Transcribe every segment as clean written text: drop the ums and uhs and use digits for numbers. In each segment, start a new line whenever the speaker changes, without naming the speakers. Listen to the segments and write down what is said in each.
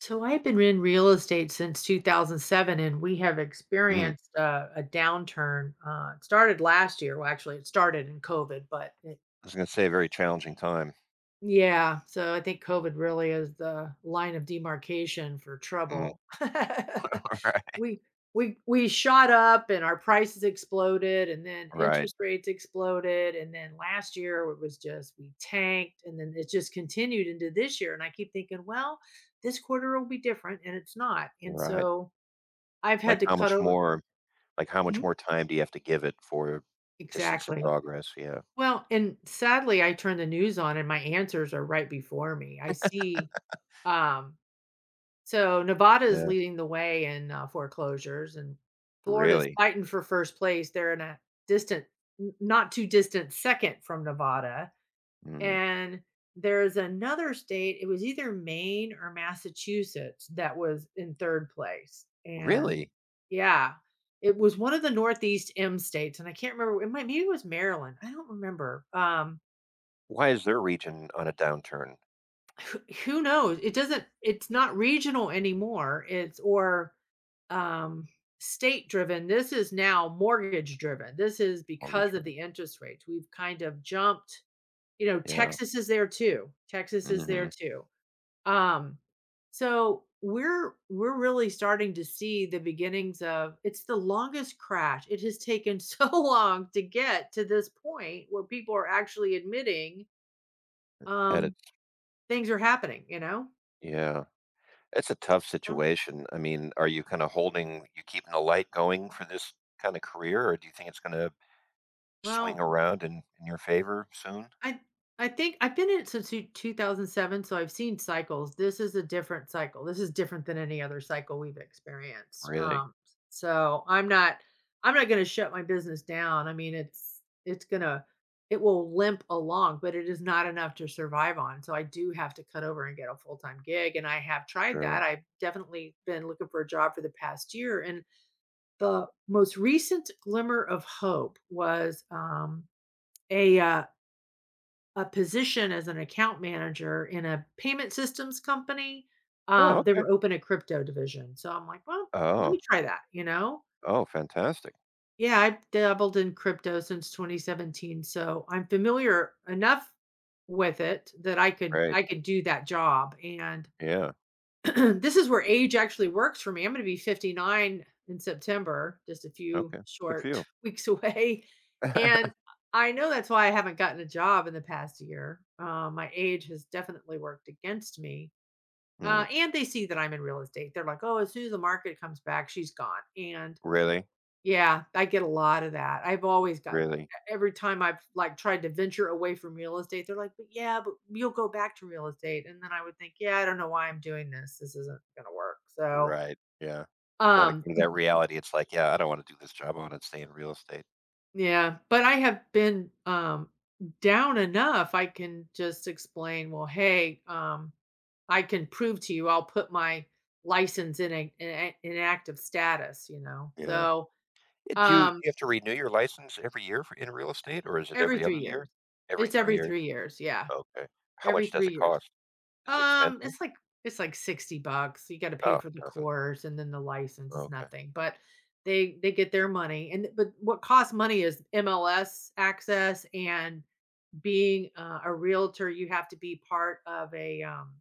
So I've been in real estate since 2007, and we have
Mm,
experienced a downturn. It started last year. Well, actually, it started in COVID,
I was gonna say a very challenging time.
yeah. So I think COVID really is the line of demarcation for
Mm.
trouble.
Right.
we we shot up, and our prices exploded, and then
Right,
interest rates exploded, and then last year it was just we tanked, and then it just continued into this year. And I keep thinking, well, this quarter will be different, and it's not. And
right.
so I've had
Like,
to
how
cut
much
over.
more like, how much
Mhm.
more time do you have to give it for to see some
Exactly.
progress? Yeah,
Well, and sadly, I turn the news on and my answers are right before me. I see, um, so Nevada is
yeah.
leading the way in foreclosures, and Florida's
Really?
fighting for first place. They're in a distant, not too distant second from Nevada.
Mm.
And there's another state, it was either Maine or Massachusetts that was in third place. And
Really?
Yeah. It was one of the Northeast M states, and I can't remember, it might maybe it was Maryland, I don't remember,
Why is their region on a downturn?
who knows? It's not regional anymore, um, state driven. This is now mortgage driven, this is
Mortgage
because of
rate.
the interest rates, we've kind of jumped.
Yeah,
Texas is there too, Texas is there
mhm.
too. Um, so we're really starting to see the beginnings of. It's the longest crash. It has taken so long to get to this point where people are actually admitting
That
um
it's
things are happening, you know?
yeah. It's a tough
Um,
situation. I mean, are you kinda holding you keeping the light going for this kinda career, or do you think it's gonna swing
Well,
around in your favor soon?
I I think I've been in it since two 2007, so I've seen cycles. This is a different cycle. This is different than any other cycle we've experienced.
Really?
So I'm not going to shut my business down. I mean, it's going to it will limp along, but it is not enough to survive on. So I do have to cut over and get a full-time gig, and I have tried that.
Sure.
I've definitely been looking for a job for the past year, and the most recent glimmer of hope was a uh, a position as an account manager in a payment systems company.
Oh,
They
okay.
were open a crypto division. So I'm like, well, let
Oh.
me try that, you know?
Oh, fantastic.
Yeah, I've dabbled in crypto since 2017. So I'm familiar enough with it that I could
Great.
I could do that job. And
Yeah.
this is where age actually works for me. I'm going to be 59 in September, just a few
Okay. Good for
short
you.
weeks away. And I know that's why I haven't gotten a job in the past year. My age has definitely worked against me.
Mm.
And they see that I'm in real estate. They're like, oh, as soon as the market comes back, she's gone. And,
Really?
yeah, I get a lot of that. I've always gotten e
Really?
every time I've, like, tried to venture away from real estate, they're like, "But yeah, but you'll go back to real estate." And then I would think, "Yeah, I don't know why I'm doing this. This isn't gonna work." So,
Right. Yeah. And it
um,
comes that reality, it's like, "Yeah, I don't wanna do this job, I wanna stay in real estate."
yeah, but I have been, down enough, I can just explain, "Well, hey, I can prove to you I'll put my license in a inactive status," you know?
Yeah. Eh, do you do
Um,
you have to renew your license every year for in real estate, or is it
every
every other
3 years.
year? Every
It's
3
every
years?
3 years, yeah.
Okay. How
Every
much does
3
it
years.
cost? Is it
Um,
expensive?
it's like it's like 60 bucks. You gotta pay
Oh,
for the
nothing.
course, and then the license, it's
Okay.
nothing, but they get their money, and but what costs money is MLS access, and being a realtor, you have to be part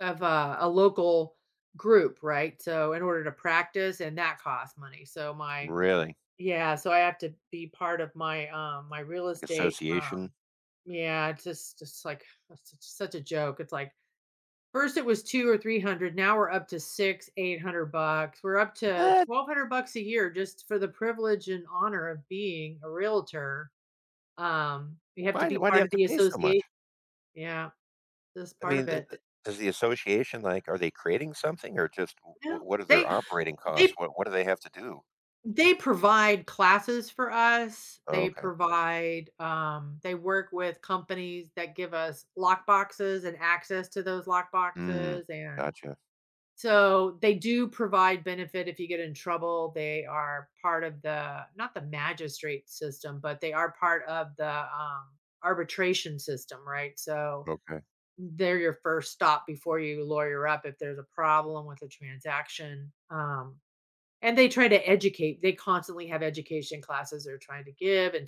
of a local group, right? So, in order to practice, and that costs money. So my
Really?
Yeah, so I have to be part of my, my real
Like
estate,
association?
yeah, it's just like, it's such a joke. It's like first it was 2 or 300, now we're up to 6, 800 bucks. We're up to
What?
1,200 bucks a year just for the privilege and honor of being a realtor. You have to
Why do
be
why do you
part
have
of
to
the
pay so much?
association. Yeah, that's
I
part of
mean, th
it.
th
Th
does the association, like, are they creating something or just w
No,
what are their operating costs?
they
What do they have to do?
they provide classes for us.
Oh,
They
okay.
provide. They work with companies that give us lock boxes and access to those lock
Mm,
boxes, and
gotcha.
so they do provide benefit if you get in trouble. They are part of the, not the magistrate system, but they are part of the, arbitration system, right? So
Okay.
they're your first stop before you lawyer up if there's a problem with a transaction. And they try to educate. They constantly have education classes they're trying to give and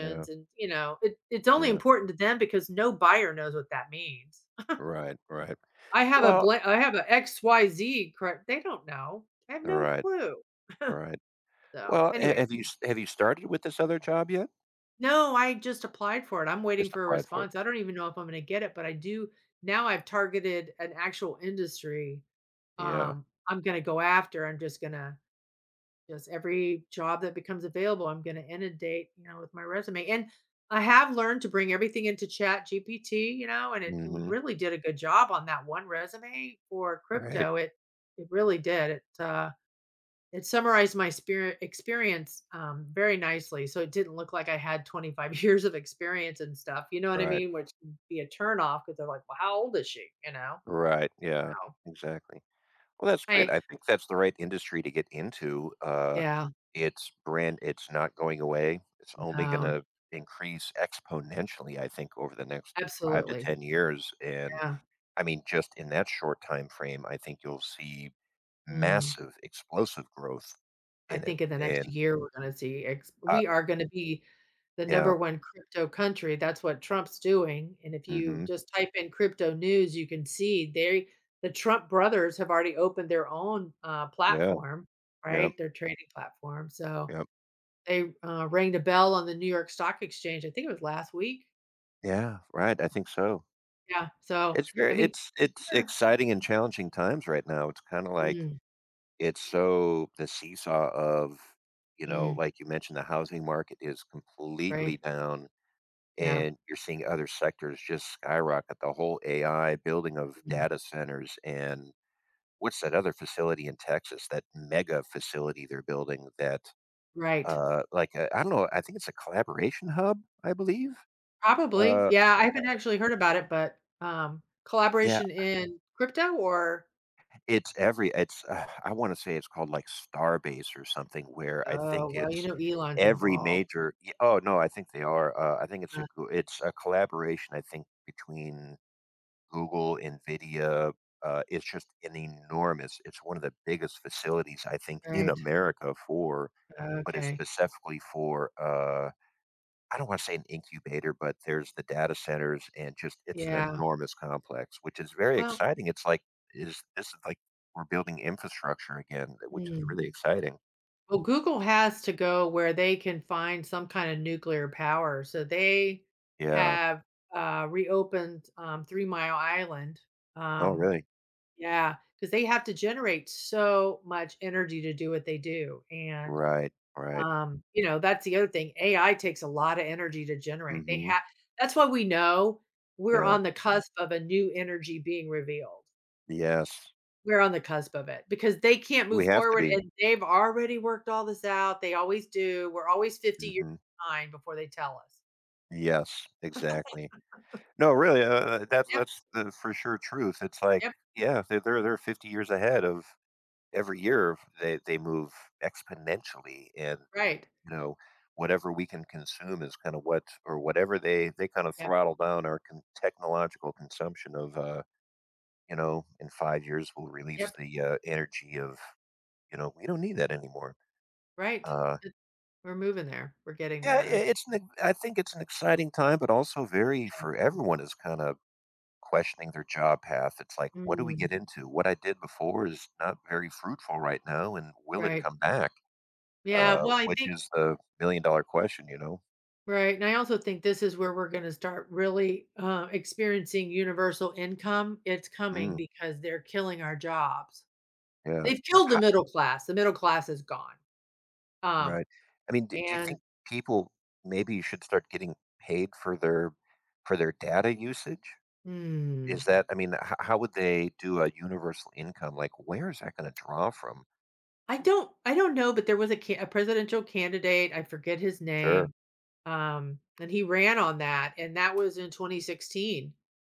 Yeah,
and you know it's only
yeah.
important to them because no buyer knows what that means.
Right, right.
I have a
Well
blan I have a XYZ, correct? They don't know. I have no
right,
clue.
right.
So,
Well, ha
anyway,
have you s have you started with this other job yet?
no, I just applied for it. I'm waiting
Just
for a
applied for it.
response. I don't even know if I'm gonna get it, but I do. Now I've targeted an actual industry,
Yeah.
I'm gonna go after. I'm just gonna just every job that becomes available, I'm gonna inundate with my resume, and I have learned to bring everything into Chat GPT, and it
Mhm.
really did a good job on that one resume for
Right,
crypto. It really did. It summarized my spirit experience, very nicely, so it didn't look like I had 25 years of experience and stuff, you know what I
right,
mean? Which can be a turnoff because 'cause they're like, "Well, how old is she?" You know?
right. Yeah,
No.
exactly. Well, that's great.
I
I think that's the right industry to get into.
Yeah,
It's brand. It's not going away. It's only going
no,
to increase exponentially. I think over the next five to
absolutely.
ten years, and
Yeah.
I mean, just in that short time frame, I think you'll see
Mm.
massive, explosive growth
I
in it.
think in the next
And
year, we're gonna see ex
uh,
we are gonna be the
yeah,
number 1 crypto country, that's what Trump's doing, and if you
hmm
just type in crypto news, you can see the Trump brothers have already opened their own,
yeah,
platform,
yeah,
right? Their trading platform, so
yeah,
they, rang the bell on the New York Stock Exchange, I think it was last week?
yeah. Right. I think so.
Yeah, so,
It's
I
very.
mean,
It's
here.
exciting and challenging times right now. It's kind of like
Mm,
it's so the seesaw of, you know,
mm,
like you mentioned, the housing market is completely
right,
down,
yeah,
and you're seeing other sectors just skyrocket. The whole AI building of
mm,
data centers and what's that other facility in Texas, that mega facility they're building that,
right.
like, I don't know, I think it's a collaboration hub, I believe?
Probably.
Uh,
Yeah, I
uh,
haven't actually heard about it, but,
yeah.
collaboration in crypto or
It's every I wanna say it's called, like, Starbase or something where I think
Oh, well, you
it's
know, Elon's
every
involved.
major y oh, no, I think they are, I think it's a
Uh,
goo it's a collaboration, I think, between Google, NVIDIA, it's just an enormous it's one of the biggest facilities, I think, in
right.
America for but it's
Okay.
specifically for, I don't want to say an incubator, but there's the data centers and just it's an
Yeah.
enormous complex, which is very
Well
exciting. It's like is this is like we're building infrastructure again, which is
mm.
really exciting.
Well, Google has to go where they can find some kind of nuclear power, so they
Yeah.
have, reopened, Three Mile Island.
Oh,
Um,
really?
yeah, because they have to generate so much energy to do what they do, and
Right. Right.
Um, you know, that's the other thing. AI takes a lot of energy to generate. They
Mm-hmm.
have that's why we know we're
Yeah.
on the cusp of a new energy being revealed.
Yes.
We're on the cusp of it because they can't
We
move
have to
forward,
be.
and they've already worked all this out. They always do. We're always 50 years
Hmm.
behind before they tell us.
Yes. Exactly. No, really. That's
Yep,
that's the for sure truth. It's like
yep,
yeah, they're 50 years ahead of every year. They move exponentially, and
right.
you know, whatever we can consume is kind of what or whatever they kind of
Yep,
throttle down our technological consumption of you know in 5 years we'll release
yep,
the energy of you know we don't need that anymore
right.
uh
It- We're moving there. We're getting
yeah
there.
it's an I think it's an exciting time but also very for everyone is kind of questioning their job path. It's like what do we
Mm,
get into? What I did before is not very fruitful right now, and will it
right.
come back?
Yeah. Well, I
Which
think.
is the million dollar question, you know?
Right, and I also think this is where we're gonna start really, experiencing universal income. It's coming
Mm,
because they're killing our jobs.
yeah.
They've killed the middle class. The middle class is gone. Um,
Right. I mean, d do you
and
think people maybe should start getting paid for their data usage?
mm,
Is that I mean, h how would they do a universal income? Like, where is that gonna draw from?
I don't I don't know, but there was a presidential candidate, I forget his
Sure.
name, and he ran on that, and that was in 2016.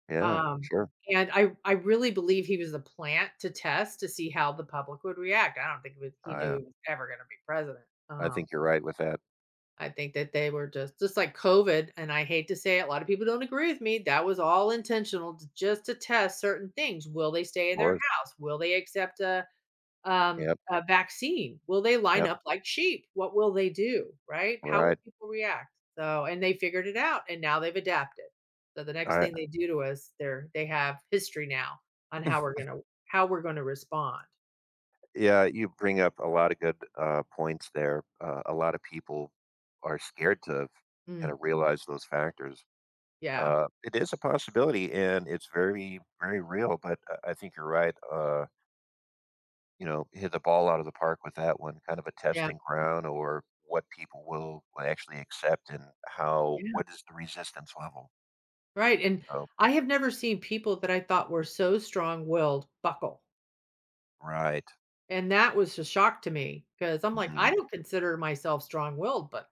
Yeah.
Um,
Sure.
and I really believe he was a plant to test to see how the public would react. I don't think it was he knew
I
he was ever gonna be president.
I think you're right with that.
I think that they were just like COVID, and I hate to say it, a lot of people don't agree with me, that was all intentional to just to test certain things. Will they stay in their
Or
house? Will they accept a um,
yep.
a vaccine? Will they line
Yep.
up like sheep? What will they do, right? How will
Right.
people react? So, and they figured it out, and now they've adapted. So the next
I
thing they do to us, they have history now on how we're gonna respond.
Yeah, you bring up a lot of good, points there. A lot of people are scared to kinda
Mm,
realize those factors.
yeah,
It is a possibility, and it's very, very real. But I think you're right. You know, hit the ball out of the park with that one. Kind of a
yeah,
testing ground, or what people will actually accept, and how
yeah,
what is the resistance level?
right. And
You know?
I have never seen people that I thought were so strong-willed buckle,
Right.
and that was a shock to me because I'm like,
Hmm.
I don't consider myself strong-willed, but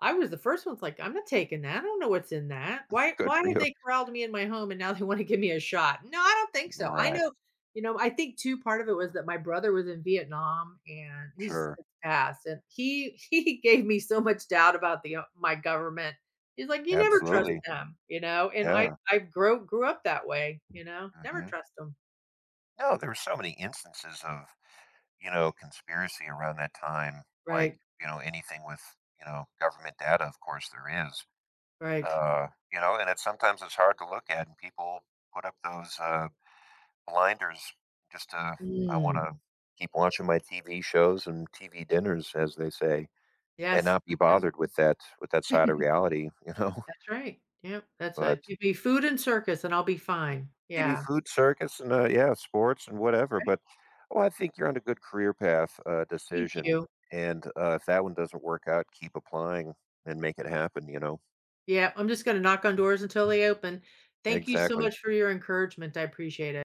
I was the first one's like, "I'm not taking that. I don't know what's in that. Why
Good
why
for
have
you.
they corralled me in my home and now they wanna give me a shot? No, I don't think so." I
Right.
know I think too part of it was that my brother was in Vietnam and he's
Sure.
since passed, and he he gave me so much doubt about my government. He's like, "You never trust
Absolutely.
them," and I
Yeah.
I grow grew up that way, you know? Never
Hmm.
trust them.
No, there were so many instances of you know conspiracy around that time. Like
Right,
you know anything with you know government data. Of course, there is
right.
You know, and it's sometimes it's hard to look at, and people put up those, blinders just to I
Mm.
wanna keep watching my TV shows and TV dinners, as they say, and
Yes.
not be
That's
bothered with that
right.
side of reality, you know?
That's right. Yep, that's a
But
give me food and circus, and I'll be fine.
give me
Yeah,
food circus and, yeah, sports and whatever,
right?
but, well, I think you're on a good career path,
Thank
decision,
you.
and, if that one doesn't work out, keep applying and make it
Uh,
happen, you know?
yeah, I'm just gonna knock on doors until they open. Thank you so
Exactly.
much for your encouragement, I appreciate it.